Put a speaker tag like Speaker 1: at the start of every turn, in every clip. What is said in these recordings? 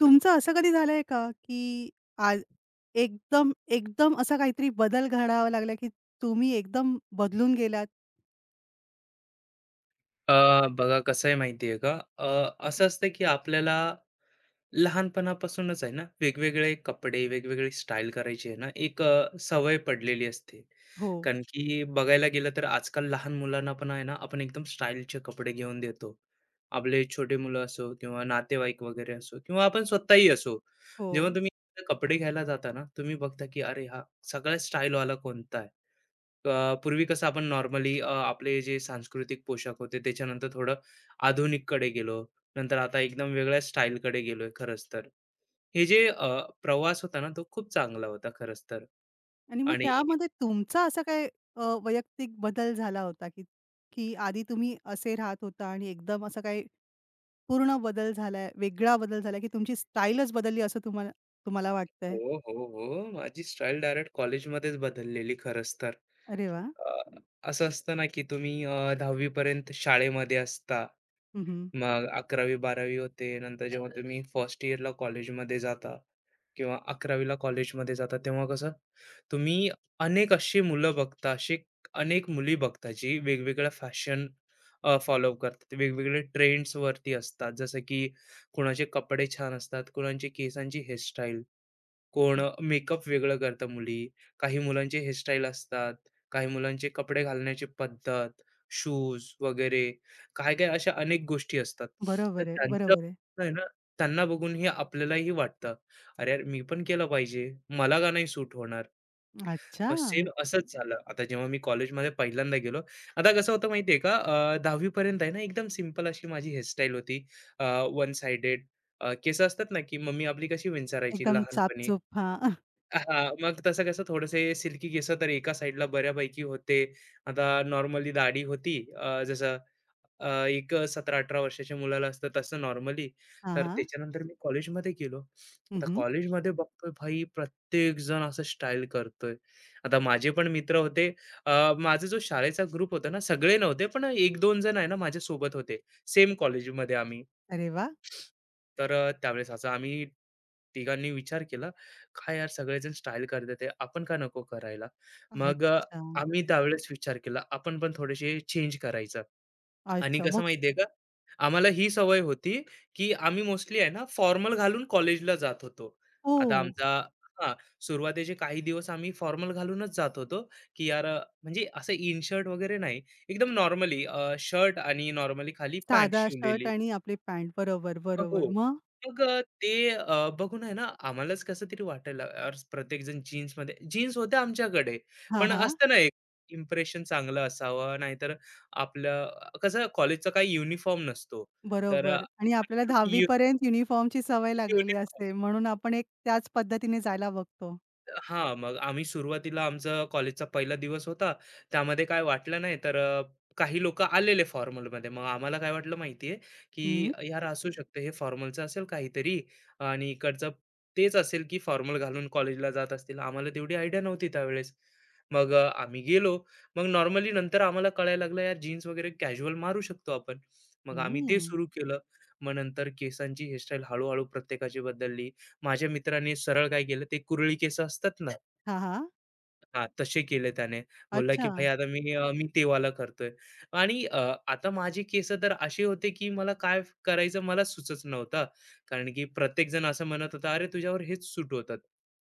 Speaker 1: तुमचं असं कधी झालंय का, की आज एकदम असा काहीतरी बदल घडावा लागला, की तुम्ही एकदम बदलून गेलात?
Speaker 2: बघा कसं आहे माहिती आहे का? अ, असं असतं की आपल्याला लहानपणापासूनच आहे ना वेगवेगळे कपडे वेगवेगळी स्टाईल करायची आहे ना एक सवय पडलेली असते.
Speaker 1: हो.
Speaker 2: कारण की बघायला गेलं तर आजकाल लहान मुलांना पण आहे ना आपण एकदम स्टाईलचे कपडे घेऊन देतो. आपले छोटे मुलं असो किंवा नातेवाईक वगैरे असो किंवा आपण स्वतःही असो.
Speaker 1: हो.
Speaker 2: जेव्हा तुम्ही कपडे घ्यायला जाता ना तुम्ही बघता की अरे हा सगळ्यात स्टाईलवाला कोणता आहे. पूर्वी कसं आपण नॉर्मली आपले जे सांस्कृतिक पोशाख होते त्याच्यानंतर थोडं आधुनिककडे गेलो. नंतर आता एकदम वेगळ्या स्टाईलकडे गेलोय खरंच तर. हे जे प्रवास होता ना, तो खूप चांगला होता खरंच तर.
Speaker 1: आणि मग
Speaker 2: आणि
Speaker 1: त्यामध्ये तुमचा असा काय वैयक्तिक बदल झाला होता, की की आधी तुम्ही असे राहत होता आणि एकदम असा काही पूर्ण बदल झालाय, वेगळा बदल झालाय, की तुमची स्टाईलच बदलली असं तुम्हाला तुम्हाला
Speaker 2: हो,
Speaker 1: वाटतंय?
Speaker 2: हो, हो. माझी स्टाईल डायरेक्ट कॉलेजमध्येच बदललेली खरंच तर.
Speaker 1: अरे वाह!
Speaker 2: अ, असं असतं ना, की तुम्ही 10वी पर्यंत शाळेमध्ये असता.
Speaker 1: हं,
Speaker 2: मग 11वी-12वी होते. नंतर जेव्हा तुम्ही फर्स्ट इयरला कॉलेजमध्ये जाता किंवा 11वी कॉलेजमध्ये जाता तेव्हा कसं तुम्ही अनेक अशी मुलं बघता, अशी अनेक मुली बघता, जी वेगवेगळ्या फॅशन फॉलो करतात. वेगवेगळे ट्रेंड्सवरती असतात. जसं की कोणाचे कपडे छान असतात, कोणाची केसांची हेअरस्टाईल, कोण मेकअप वेगळं करतं मुली. काही मुलांचे हेअरस्टाईल असतात, काही मुलांचे कपडे घालण्याची पद्धत, शूज वगैरे काय-काय अशा अनेक गोष्टी असतात. तर
Speaker 1: बरोबर आहे,
Speaker 2: त्यांचं
Speaker 1: बरोबर आहे.
Speaker 2: आहे ना, त्यांना बघून हे आपल्यालाही वाटतं, "अरे यार, मी पण केलं पाहिजे. मला का नाही सूट होणार?"
Speaker 1: अच्छा!
Speaker 2: मग सेम असंच झालं. आता जेव्हा मी कॉलेजमध्ये पहिल्यांदा गेलो. आता कसं होतं माहिती आहे का, 10वी पर्यंत आहे ना, एकदम सिंपल अशी माझी हेअरस्टाईल होती. वन साइडेड केस असतात ना, की मम्मी आपली कशी विंचरायची
Speaker 1: एकदम
Speaker 2: लहानपणी.
Speaker 1: चापचूप. हां.
Speaker 2: हां, मग तसं कसं थोडेसे सिल्की केस तर एका साइडला बऱ्यापैकी होते. आता नॉर्मली दाढी होती. जसं एक 17-18 वर्षाच्या मुलाला असतं तसं नॉर्मली.
Speaker 1: हां,
Speaker 2: तर
Speaker 1: हां.
Speaker 2: त्याच्यानंतर मी कॉलेजमध्ये गेलो. आता कॉलेजमध्ये बघतोय भाई प्रत्येक जण असं स्टाईल करतोय. आता माझे पण मित्र होते. माझा जो शाळेचा ग्रुप होता ना, सगळे नव्हते पण 1-2 जण आहे ना माझ्यासोबत होते. सेम कॉलेजमध्ये आम्ही.
Speaker 1: अरे वाह!
Speaker 2: तर त्यावेळेस असं आम्ही तिघांनी विचार केला, "काय यार सगळेजण स्टाईल करतात आहे, आपण का नको करायला?" मग
Speaker 1: अच्छा.
Speaker 2: आम्ही त्यावेळेस विचार केला, आपण पण थोडेसे चेंज करायचं. आणि
Speaker 1: अच्छा.
Speaker 2: कसं
Speaker 1: मग
Speaker 2: माहिती का, आम्हाला ही सवय होती, की आम्ही मोस्टली आहे ना फॉर्मल घालून कॉलेजला जात होतो.
Speaker 1: हो.
Speaker 2: आता आमचा हां, सुरुवातीचे काही दिवस आम्ही फॉर्मल घालूनच जात होतो, की यार म्हणजे असं इन शर्ट वगैरे नाही, एकदम नॉर्मली शर्ट आणि नॉर्मली खाली पॅन्ट
Speaker 1: साधा शर्ट
Speaker 2: शिवलेली.
Speaker 1: आणि आपली पॅन्ट. बरोबर,
Speaker 2: हो.
Speaker 1: बरोबर. मग?
Speaker 2: मग ते बघून आहे ना, आम्हालाच कसं तरी वाटायला यार प्रत्येकजण जीन्समध्ये जीन्स होत्या आमच्याकडे.
Speaker 1: हां,
Speaker 2: पण
Speaker 1: हां.
Speaker 2: असतं ना एक इम्प्रेशन चांगलं असावं, नाहीतर आपलं कसं कॉलेजचा काही युनिफॉर्म नसतो. तर
Speaker 1: बरोबर आणि
Speaker 2: आणि
Speaker 1: आपल्याला
Speaker 2: तुम्ही
Speaker 1: 10वी पर्यंत युनिफॉर्मची सवय लागलेली
Speaker 2: युनिफॉर्म.
Speaker 1: असते. म्हणून आपण एक त्याच पद्धतीने जायला बघतो.
Speaker 2: हां, मग आम्ही सुरुवातीला आमचा कॉलेजचा पहिला दिवस होता. त्यामध्ये काय वाटलं नाही, तर काही लोकं आलेले फॉर्मलमध्ये. मग आम्हाला काय वाटलं माहिती की
Speaker 1: हं.
Speaker 2: यार असू शकतं हे फॉर्मलचं असेल काहीतरी आणि इकडचं तेच असेल, की फॉर्मल घालून कॉलेजला जात असतील. आम्हाला तेवढी आयडिया नव्हती त्यावेळेस. मग आम्ही गेलो. मग नॉर्मली नंतर आम्हाला कळायला लागलं यार जीन्स वगैरे कॅज्युअल मारू शकतो आपण. मग आम्ही ते
Speaker 1: हं.
Speaker 2: सुरू केलं. मग नंतर केसांची हेअरस्टाईल हळू प्रत्येकाची बदलली. माझ्या मित्राने सरळ काय केलं, ते कुरळी केस असतात ना,
Speaker 1: हां, हां.
Speaker 2: हां, तसे केले त्याने. बोलला की
Speaker 1: अच्छा.
Speaker 2: "भाई आता मी ते वाला करतोय." आणि आता माझे केस तर असे होते की मला काय करायचं मला सुचत नव्हता. कारण की प्रत्येकजण असं म्हणत होता, "अरे तुझ्यावर हेच सूट होतात."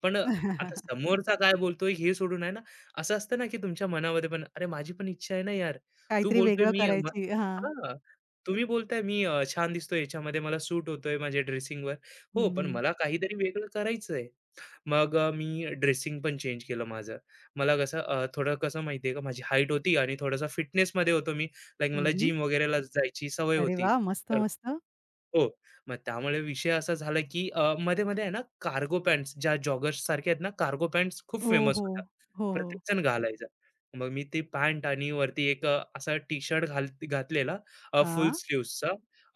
Speaker 2: पण आता समोरचा काय बोलतोय हे सोडून आहे ना, असं असतं ना की तुमच्या मनामध्ये पण "अरे माझी पण इच्छा आहे ना यार. तू
Speaker 1: काहीतरी
Speaker 2: बोलतोय
Speaker 1: वेगळं
Speaker 2: मी"
Speaker 1: करायची. हां.
Speaker 2: हां, तुम्ही बोलताय मी छान दिसतोय याच्यामध्ये मला सूट होतोय माझ्या ड्रेसिंगवर. हो,
Speaker 1: हं,
Speaker 2: पण
Speaker 1: हं.
Speaker 2: मला काहीतरी वेगळं करायचंय. मग मी ड्रेसिंग पण चेंज केलं माझं. मला कसं थोडं कसं माहिती आहे का माझी हाईट होती आणि थोडासा फिटनेसमध्ये होतो मी. लाइक
Speaker 1: हं,
Speaker 2: मला
Speaker 1: हं.
Speaker 2: जिम वगैरेला जायची सवय
Speaker 1: अरे
Speaker 2: होती.
Speaker 1: वाह! मस्त,
Speaker 2: तर
Speaker 1: मस्त.
Speaker 2: हो. मग त्यामुळे विषय असा झाला, की मध्ये-मध्ये आहे ना, कार्गो पॅन्ट्स ज्या जॉगर्स सारख्या आहेत ना, कार्गो पॅन्ट्स खूप
Speaker 1: हो,
Speaker 2: फेमस
Speaker 1: हो.
Speaker 2: होत्या.
Speaker 1: हो, हो.
Speaker 2: प्रत्येकजण घालायचा. मग मी ती पॅन्ट आणि वरती एक असा टी-शर्ट घातलेला फुल
Speaker 1: हां.
Speaker 2: स्लीव्हजचा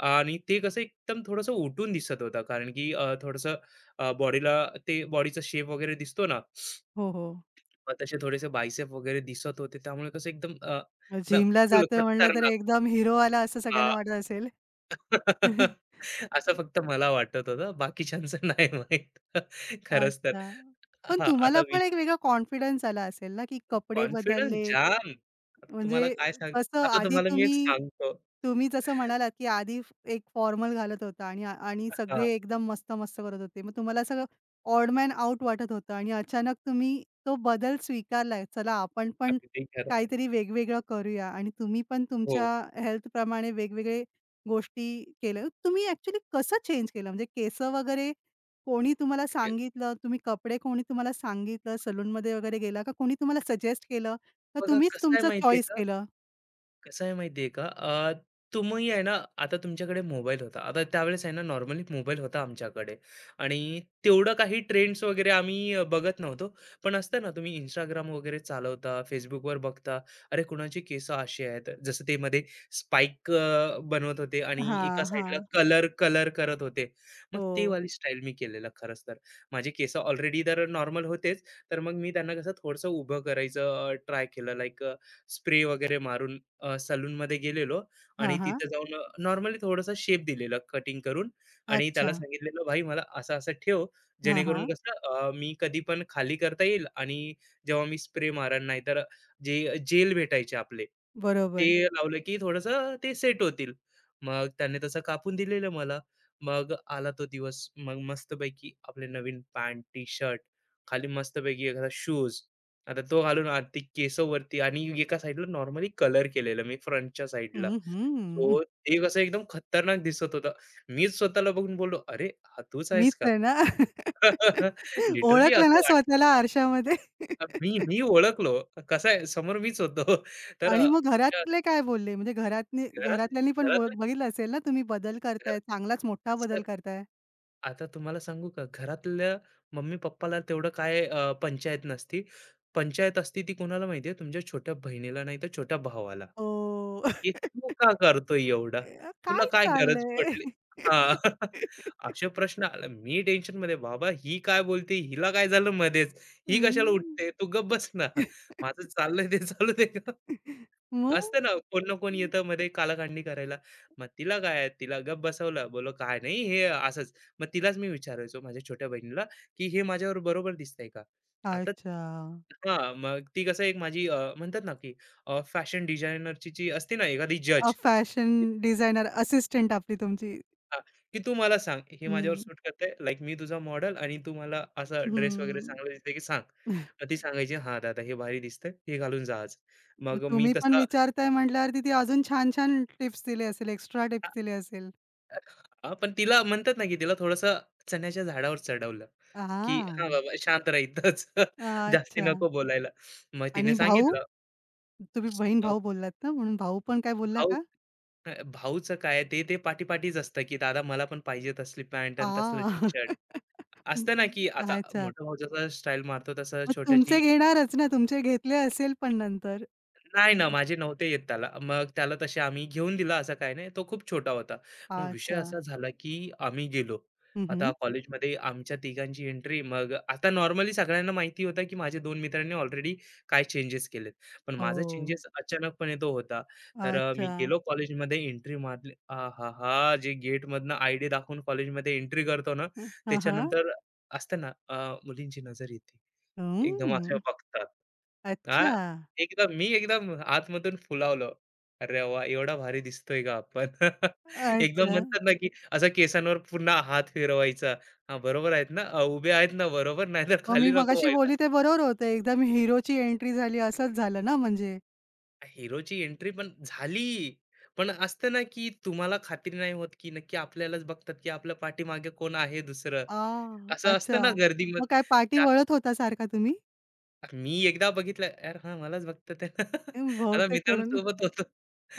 Speaker 2: आणि ते कसं एकदम थोडंसं उठून दिसत होता. कारण की थोडंसं बॉडीला ते बॉडीचा शेप वगैरे दिसतो ना,
Speaker 1: हो, हो.
Speaker 2: मग तसे थोडेसे बायसेप वगैरे दिसत होते. त्यामुळे कसं एकदम
Speaker 1: जिमला
Speaker 2: फुल
Speaker 1: जातोय म्हणलं तर
Speaker 2: खतरनाक.
Speaker 1: एकदम हिरो आला असं सगळ्यांना वाटत असेल.
Speaker 2: असं फक्त मला वाटत होतं. बाकीच्यांचं नाही माहीत. खरंच तर.
Speaker 1: अच्छा. पण
Speaker 2: हां, आता
Speaker 1: तुम्हाला पण एक वेगळा कॉन्फिडन्स आला असेल ना, की कपडे
Speaker 2: कॉन्फिडन्स
Speaker 1: बदलले,
Speaker 2: जाम. आता तुम्हाला
Speaker 1: म्हणजे
Speaker 2: काय सांग
Speaker 1: कसं
Speaker 2: आता
Speaker 1: आधी
Speaker 2: तुम्हाला मी एक
Speaker 1: तुम्ही
Speaker 2: सांगतो.
Speaker 1: तुम्ही जसं म्हणालात, की आधी फ- एक फॉर्मल घालत होता आणि आ- आणि
Speaker 2: हां,
Speaker 1: सगळे एकदम मस्त-मस्त करत होते. मग तुम्हाला सगळं ऑड मॅन आउट वाटत होतं आणि अचानक तुम्ही तो बदल स्वीकारलाय. चला आपण पण
Speaker 2: अगदी खरं.
Speaker 1: काहीतरी वेगवेगळं करूया आणि तुम्ही पण
Speaker 2: हो.
Speaker 1: तुमच्या हेल्थप्रमाणे वेगवेगळे गोष्टी केल्या. तुम्ही ॲक्चुअली कसं चेंज केलं? म्हणजे केसं वगैरे कोणी तुम्हाला
Speaker 2: हे
Speaker 1: सांगितलं? तुम्ही कपडे कोणी तुम्हाला सांगितलं? सलूनमध्ये वगैरे गेला का कोणी तुम्हाला सजेस्ट केलं? तर
Speaker 2: बघा
Speaker 1: तुम्हीच
Speaker 2: कसं आहे
Speaker 1: तुमचं
Speaker 2: माहिती आहे
Speaker 1: चॉईस
Speaker 2: का
Speaker 1: केलं.
Speaker 2: कसं आहे माहिती आहे का? तुम्ही आहे ना, आता तुमच्याकडे मोबाईल होता. आता त्यावेळेस आहे ना, नॉर्मली मोबाईल होता आमच्याकडे आणि तेवढं काही ट्रेंड्स वगैरे आम्ही बघत नव्हतो. पण असतं ना, तुम्ही Instagram वगैरे चालवता, Facebookवर बघता, अरे कुणाची केसं अशी आहेत. जसं ते मध्ये स्पाइक बनवत होते आणि एका
Speaker 1: हां,
Speaker 2: साईडला
Speaker 1: हां.
Speaker 2: कलर, कलर करत होते. मग ते
Speaker 1: हो.
Speaker 2: वाली स्टाईल मी केलेलं खरंच तर. माझे केसं ऑलरेडी तर नॉर्मल होतेच, तर मग मी त्यांना कसं थोडंसं उभं करायचं ट्राय केलं. लाइक स्प्रे वगैरे मारून सलूनमध्ये गेलेलो
Speaker 1: हां,
Speaker 2: आणि
Speaker 1: हां.
Speaker 2: तिथे जाऊन नॉर्मली थोड़ासा शेप दिलेला कटिंग करून आणि
Speaker 1: अच्छा.
Speaker 2: त्याला सांगितलेलं, "भाई मला असं-असं ठेव,
Speaker 1: हां,
Speaker 2: जेणेकरून
Speaker 1: हां.
Speaker 2: कसं मी कधी पण खाली करता येईल आणि जेव्हा मी स्प्रे मारेन नाहीतर जे जेल भेटायचे आपले, ते
Speaker 1: बरोबर.
Speaker 2: लावलं की थोडंसं ते सेट होतील." मग त्याने तसं कापून दिलेलं मला. मग आला तो दिवस. मग मस्तपैकी आपले नवीन पॅन्ट, टी-शर्ट, खाली मस्तपैकी एखादा शूज आता तो घालून आरती केस वरती आणि एका साइडला नॉर्मली कलर केलेलं मी फ्रंटच्या साइडला.
Speaker 1: हं, हं.
Speaker 2: सो ते कसं एकदम खतरनाक दिसत होतं. मीच स्वतःला बघून बोललो, "अरे, हा तूच
Speaker 1: मीच
Speaker 2: आहेस का?"
Speaker 1: आहे ना.
Speaker 2: लिटरली
Speaker 1: ओळखलं
Speaker 2: असं
Speaker 1: ना
Speaker 2: वाटलं.
Speaker 1: स्वतःला आरशामध्ये.
Speaker 2: मी मी ओळखलो. कसं आहे, समोर मीच होतो. तर
Speaker 1: आणि
Speaker 2: अ,
Speaker 1: मग
Speaker 2: तिच्या
Speaker 1: घरातले काय बोलले? म्हणजे घरातनी
Speaker 2: घरात
Speaker 1: घरातल्यांनी पण
Speaker 2: घरात
Speaker 1: बो बघितलं असेल ना तुम्ही बदल करताय,
Speaker 2: घरात
Speaker 1: चांगलाच मोठा बदल
Speaker 2: सर,
Speaker 1: करताय?
Speaker 2: आता तुम्हाला सांगू का, घरातल्या मम्मी-पप्पाला तेवढं काय पंचायत नसती. पंचायत असती ती कोणाला माहिती तुमच्या छोट्या बहिणीला नाही तर छोट्या भावाला.
Speaker 1: हो.
Speaker 2: की तू का करतोय एवढं? तुला
Speaker 1: काय
Speaker 2: काय गरज
Speaker 1: चाललंय?
Speaker 2: पडली? हां. असे प्रश्न आले. मी टेन्शनमध्ये, बाबा ही काय बोलते? हिला काय झालं मध्येच? ही कशाला
Speaker 1: हं.
Speaker 2: उठते? तू गप्प बस ना. माझं चाललंय ते चालू दे.
Speaker 1: मग?
Speaker 2: असतं ना, कोण ना कोण येतं मध्ये कालखंडी करायला. मग तिला काय, तिला गप्प बसवलं. बोलो "काय नाही हे असंच." मग तिलाच मी विचारायचो माझ्या छोट्या बहिणीला, की "हे माझ्यावर बरोबर दिसतंय का?" आता
Speaker 1: अच्छा.
Speaker 2: हां, मग ती कसं एक माझी म्हणतात ना, की फॅशन डिझायनरची जी असते ना एखादी जज,
Speaker 1: फॅशन डिझायनर असिस्टंट आपली तुमची.
Speaker 2: हां, की "तू मला सांग, हे माझ्यावर
Speaker 1: हं,
Speaker 2: सूट करतंय. लाइक मी तुझा मॉडल आणि तू मला असा ड्रेस वगैरे
Speaker 1: हं.
Speaker 2: चांगला दिसतंय की सांग." मग ती सांगायची, "हां, दादा हे भारी दिसतंय. हे घालून जा आज."
Speaker 1: मग
Speaker 2: मग मी
Speaker 1: तुम्ही पण
Speaker 2: तसा
Speaker 1: विचारताय म्हटल्यावरती ती अजून छान-छान टिप्स दिले असेल, एक्स्ट्रा टिप्स दिले असेल.
Speaker 2: हां, पण तिला म्हणतात ना, की तिला थोडंसं चण्याच्या झाडावर चढवलं, की "हां,
Speaker 1: हां.
Speaker 2: बाबा शांत रहा इथंच. जास्ती
Speaker 1: अच्छा
Speaker 2: नको बोलायला." मग तिने
Speaker 1: आणि भाऊ?
Speaker 2: सांगितलं,
Speaker 1: तुम्ही
Speaker 2: अ,
Speaker 1: बहीण-भाऊ बोललात ना, म्हणून भाऊ पण काय बोलला
Speaker 2: भाऊ
Speaker 1: का?
Speaker 2: भाऊचं काय ते ते पाठी-पाठीच असतं, की "दादा मला पण पाहिजे तसली पॅन्ट
Speaker 1: आ
Speaker 2: आणि तसलं
Speaker 1: हं,
Speaker 2: टी-शर्ट." असतं ना, की
Speaker 1: हं.
Speaker 2: आता
Speaker 1: अच्छा.
Speaker 2: मोठा भाऊ जसा स्टाईल मारतो तसं
Speaker 1: मग
Speaker 2: छोट्याची.
Speaker 1: तुमचे घेणारच ना, तुमचे घेतले असेल पण नंतर.
Speaker 2: नाही
Speaker 1: तुम
Speaker 2: ना, माझे नव्हते येत त्याला. मग त्याला तसे आम्ही घेऊन दिला असं काही नाही. तो खूप छोटा होता. मग विषय
Speaker 1: अच्छा.
Speaker 2: असा झाला, की आम्ही गेलो.
Speaker 1: हं,
Speaker 2: आता
Speaker 1: हं.
Speaker 2: कॉलेजमध्ये आमच्या तिघांची एंट्री. मग आता नॉर्मली सगळ्यांना माहिती होतं, की माझ्या 2 मित्रांनी ऑलरेडी काय चेंजेस केलेत. पण माझा
Speaker 1: ओह!
Speaker 2: चेंजेस अचानकपणे तो होता. तर मी
Speaker 1: अच्छा.
Speaker 2: गेलो कॉलेजमध्ये एंट्री मारली. आहाहा! जे गेटमधनं आयडी दाखवून कॉलेजमध्ये एंट्री करतो ना,
Speaker 1: हं. हां, हां.
Speaker 2: त्याच्यानंतर असतं ना, मुलींची नजर येते. एकदम असे
Speaker 1: हं.
Speaker 2: बघतात. हां,
Speaker 1: अच्छा.
Speaker 2: मी एकदम आतमधून फुलावलो. "अरे वाह! एवढा भारी दिसतोय का आपण?" एकदम
Speaker 1: अच्छा.
Speaker 2: म्हणतात ना, की असा केसांवर पुन्हा हात फिरवायचा. हां, बरोबर आहेत ना? उभे आहेत ना बरोबर? नाहीतर
Speaker 1: मग
Speaker 2: खाली
Speaker 1: मी
Speaker 2: नको
Speaker 1: मगाशी
Speaker 2: व्हायला.
Speaker 1: बोलली ते बरोबर होतं. एकदम हिरोची एंट्री झाली असंच झालं ना म्हणजे?
Speaker 2: हिरोची एंट्री पण झाली. पण असतं ना, की तुम्हाला खात्री नाही होत, की नक्की आपल्यालाच बघतात, की आपल्या पाठीमागे कोण आहे दुसरं.
Speaker 1: आह!
Speaker 2: असं असतं
Speaker 1: अच्छा.
Speaker 2: ना गर्दीमध्ये.
Speaker 1: मग काय पाठी वळत होता सारखा तुम्ही?
Speaker 2: मी एकदा बघितलं, यार हां, मलाच बघतात आहे. आता
Speaker 1: बहुतेक करून
Speaker 2: मित्रांसोबत होतो.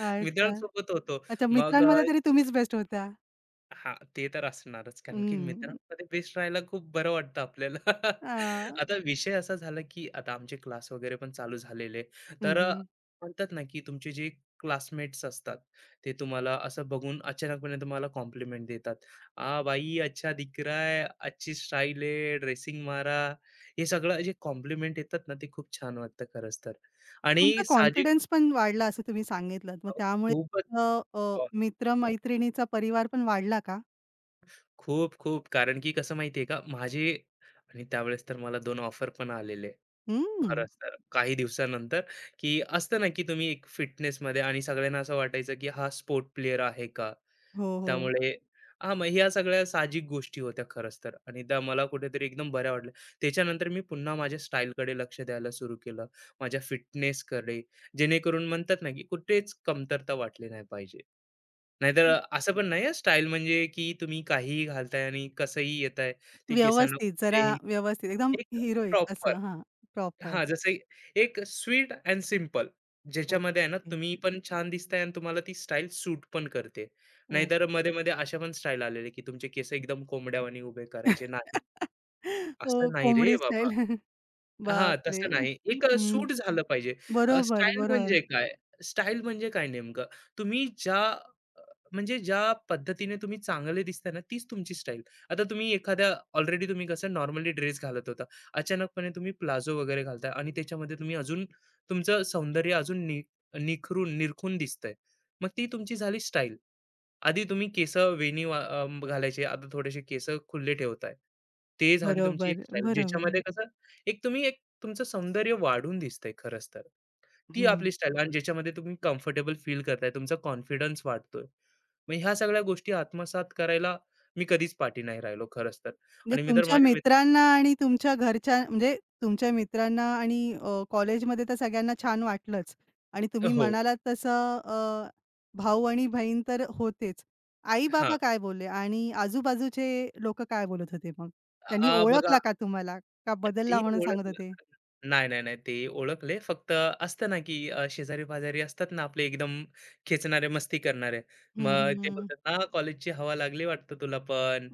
Speaker 1: अच्छा.
Speaker 2: मित्रांसोबत होतो.
Speaker 1: अच्छा
Speaker 2: मग
Speaker 1: मित्रांमध्ये तरी तुम्हीच बेस्ट होता.
Speaker 2: हां, ते तर असणारच. कारण की
Speaker 1: हं.
Speaker 2: मित्रांमध्ये बेस्ट राहायला खूप बरं वाटतं आपल्याला.
Speaker 1: अ,
Speaker 2: आता विषय असा झाला, की आता आमचे क्लास वगैरे पण चालू झालेले.
Speaker 1: हं,
Speaker 2: तर
Speaker 1: हं.
Speaker 2: म्हणतात ना, की तुमचे जे क्लासमेट्स असतात, ते तुम्हाला असं बघून अचानकपणे तुम्हाला कॉम्प्लिमेंट देतात. "आ भाई, अच्छा दिख रहा है, अच्छी स्टाईल है, ड्रेसिंग मारा." हे सगळं जे कॉम्प्लिमेंट येतात ना, ते खूप छान वाटतं खरंच तर. आणि
Speaker 1: तुमचा
Speaker 2: साहजिक
Speaker 1: कॉन्फिडन्स
Speaker 2: गोष्ट-
Speaker 1: पण वाढला असं तुम्ही सांगितलंत. मग त्यामुळे
Speaker 2: खूपच
Speaker 1: अ, मित्र-मैत्रिणीचा परिवार पण वाढला का?
Speaker 2: खूप, खूप. कारण की कसं माहिती आहे का, माझे आणि त्यावेळेस तर मला 2 ऑफर पण आलेले.
Speaker 1: हं.
Speaker 2: खरंच तर काही दिवसानंतर, की असतं ना, की तुम्ही एक फिटनेसमध्ये आणि सगळ्यांना असं वाटायचं, की हा स्पोर्ट प्लेयर आहे का?
Speaker 1: हो, हो.
Speaker 2: त्यामुळे हां, मग ह्या सगळ्या साहजिक गोष्टी होत्या खरंच तर आणि त्या मला कुठेतरी एकदम बऱ्या वाटल्या. त्याच्यानंतर मी पुन्हा माझ्या स्टाईलकडे लक्ष द्यायला सुरू केलं. माझ्या फिटनेसकडे, जेणेकरून म्हणतात ना, की कुठेच कमतरता वाटली नाही पाहिजे. नाहीतर असं पण नाही स्टाईल म्हणजे की तुम्ही काहीही घालताय आणि कसंही येताय, ते केसांना
Speaker 1: व्यवस्थित, जरा
Speaker 2: कुठेही
Speaker 1: व्यवस्थित एकदम
Speaker 2: एक
Speaker 1: हिरोइक
Speaker 2: प्रॉपर.
Speaker 1: असं हां. प्रॉपर.
Speaker 2: हां, जसं एक एक स्वीट अँड सिंपल ज्याच्यामध्ये आहे ना,
Speaker 1: ओके.
Speaker 2: तुम्ही पण छान दिसताय आणि तुम्हाला ती स्टाईल सूट पण करते.
Speaker 1: हो.
Speaker 2: नाहीतर मध्ये-मध्ये अशा पण स्टाईल आलेल्या, की तुमचे केस एकदम कोंबड्यावानी उभे करायचे. नाही,
Speaker 1: हो,
Speaker 2: असं नाही रे
Speaker 1: कोंबडी
Speaker 2: बाबा.
Speaker 1: स्टाईल.
Speaker 2: हां,
Speaker 1: बापरे!
Speaker 2: तसं नाही. एक
Speaker 1: हं.
Speaker 2: सूट झालं पाहिजे.
Speaker 1: बरोबर,
Speaker 2: स्टाईल
Speaker 1: बरोबर,
Speaker 2: म्हणजे काय? स्टाईल म्हणजे काय नेमकं? तुम्ही ज्या म्हणजे ज्या पद्धतीने तुम्ही चांगले दिसताय ना, तीच तुमची स्टाईल. आता तुम्ही एखाद्या ऑलरेडी तुम्ही कसं नॉर्मली ड्रेस घालत होता. अचानकपणे तुम्ही प्लाझो वगैरे घालताय आणि त्याच्यामध्ये तुम्ही अजून तुमचं सौंदर्य अजून निखरून निरखून दिसतंय. मग ती तुमची झाली स्टाईल. आधी तुम्ही केसं घालायचे, आता थोडेसे केसं खुले ठेवताय. ते झाली तुमची
Speaker 1: बरोबर,
Speaker 2: एक स्टाईल. ज्याच्यामध्ये
Speaker 1: बरोबर.
Speaker 2: कसं एक तुमचं सौंदर्य वाढून दिसतंय खरंच तर. ती
Speaker 1: हं.
Speaker 2: आपली स्टाईल आणि ज्याच्यामध्ये तुम्ही कम्फर्टेबल फील करताय, तुमचा कॉन्फिडन्स वाढतोय. मग ह्या सगळ्या गोष्टी आत्मसात करायला मी कधीच पाठी नाही राहिलो खरंच तर.
Speaker 1: म्हणजे
Speaker 2: आणि मी तर
Speaker 1: तुमच्या
Speaker 2: माझ्या
Speaker 1: मित्रांना आणि तुमच्या घरच्या म्हणजे तुमच्या मित्रांना आणि कॉलेजमध्ये तर सगळ्यांना छान वाटलंच आणि तुम्ही
Speaker 2: मित्र हो.
Speaker 1: म्हणालात तसं भाऊ आणि बहीण तर होतेच. आई-बाबा काय बोलले आणि आजूबाजूचे लोकं काय बोलत होते मग? त्यांनी
Speaker 2: बघा
Speaker 1: ओळखला का तुम्हाला? का
Speaker 2: ते
Speaker 1: बदलला म्हणून सांगत
Speaker 2: ओळखलं.
Speaker 1: होते?
Speaker 2: नाही, नाही, नाही. ते ओळखले. फक्त असतं ना, की शेजारी-पाजारी असतात ना आपले एकदम खेचणारे, मस्ती करणारे.
Speaker 1: हं,
Speaker 2: मग ते
Speaker 1: हं.
Speaker 2: बोलतात ना, "कॉलेजची हवा लागली वाटतं तुला पण."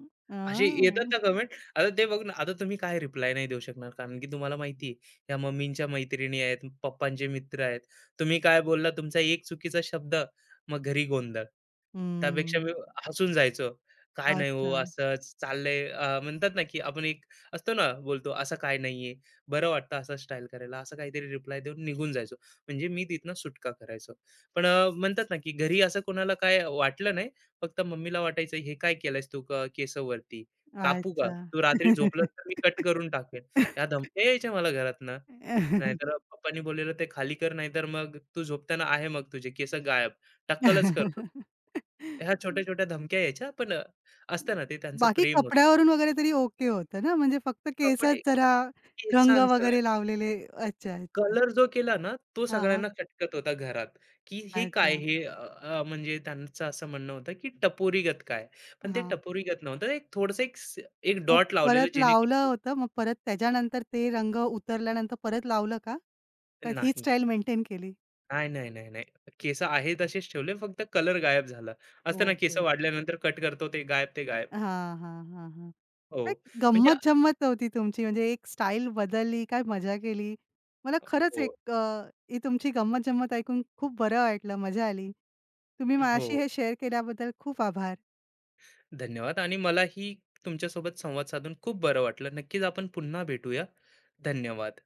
Speaker 2: असे येतात
Speaker 1: अ.
Speaker 2: ना कमेंट. आता ते बघ ना, आता तुम्ही काय रिप्लाय नाही देऊ शकणार. कारण की तुम्हाला माहिती आहे, ह्या मम्मींच्या मैत्रिणी आहेत, पप्पांचे मित्र आहेत. तुम्ही काय बोलला, तुमचा एक चुकीचा शब्द, मग घरी गोंधळ. त्यापेक्षा
Speaker 1: हम्म.
Speaker 2: मी हसून जायचो. काय नाही हो,
Speaker 1: अच्छा,
Speaker 2: असंच चाललंय म्हणतात ना, की आपण एक असतो ना, बोलतो असं काय नाहीये, बरं वाटतं असं स्टाईल करायला, असं काहीतरी रिप्लाय देऊन निघून जायचो. म्हणजे मी तिथनं सुटका करायचो. पण म्हणतात ना, की घरी असं कोणाला काय वाटलं नाही. फक्त मम्मीला वाटायचं, "हे काय केलंयस तू केस वरती? कापू का?
Speaker 1: अच्छा.
Speaker 2: तू रात्री झोपलास तर मी कट करून टाकेन." ह्या धमक्या यायच्या मला घरातनं. नाहीतर पप्पांनी बोललेलं, "ते खाली कर, नाहीतर मग तू झोपताना आहे मग तुझे केस गायब. टक्कलच करतो." ह्या छोट्या-छोट्या धमक्या यायच्या. पण असतं ना, ते त्यांचं
Speaker 1: बाकी
Speaker 2: प्रेम होतं.
Speaker 1: कपड्यावरून वगैरे तरी ओके होतं ना, म्हणजे फक्त केसात
Speaker 2: कपडे,
Speaker 1: जरा रंग
Speaker 2: केसांचं
Speaker 1: वगैरे लावलेले. अच्छा, अच्छा.
Speaker 2: कलर जो केला ना, तो
Speaker 1: हां, हां.
Speaker 2: सगळ्यांना खटकत होता घरात, की हे काय
Speaker 1: अच्छा.
Speaker 2: हे अ, अ, म्हणजे त्यांचं असं म्हणणं होतं, की टपोरीगत काय? पण ते
Speaker 1: हां.
Speaker 2: टपोरीगत नव्हतं. एक थोडंसं एक स एक
Speaker 1: मग
Speaker 2: डॉट लावलेलं
Speaker 1: परत लावलं
Speaker 2: जेणेकरून
Speaker 1: होतं, मग परत त्याच्यानंतर ते रंग उतरल्यानंतर परत लावलं का? का हीच
Speaker 2: नाही.
Speaker 1: स्टाईल मेंटेन केली?
Speaker 2: नाही, नाही, नाही, नाही. केस आहे तसेच ठेवले, फक्त कलर गायब झाला. असतं ना,
Speaker 1: ओके.
Speaker 2: केस वाढल्यानंतर कट करतो ते गायब, ते गायब.
Speaker 1: हां, हां, हां, हां.
Speaker 2: हो,
Speaker 1: एक
Speaker 2: म्हणजे
Speaker 1: गंमत जम्मत होती तुमची, म्हणजे एक स्टाईल बदलली, काय मजा केली. मला खरंच
Speaker 2: हो,
Speaker 1: एक ही तुमची गंमत-जंमत ऐकून खूप बरं वाटलं, मजा आली. तुम्ही
Speaker 2: हो.
Speaker 1: माझ्याशी हे शेअर केल्याबद्दल खूप आभार.
Speaker 2: धन्यवाद आणि मलाही तुमच्यासोबत संवाद साधून खूप बरं वाटलं. नक्कीच आपण पुन्हा भेटूया. धन्यवाद.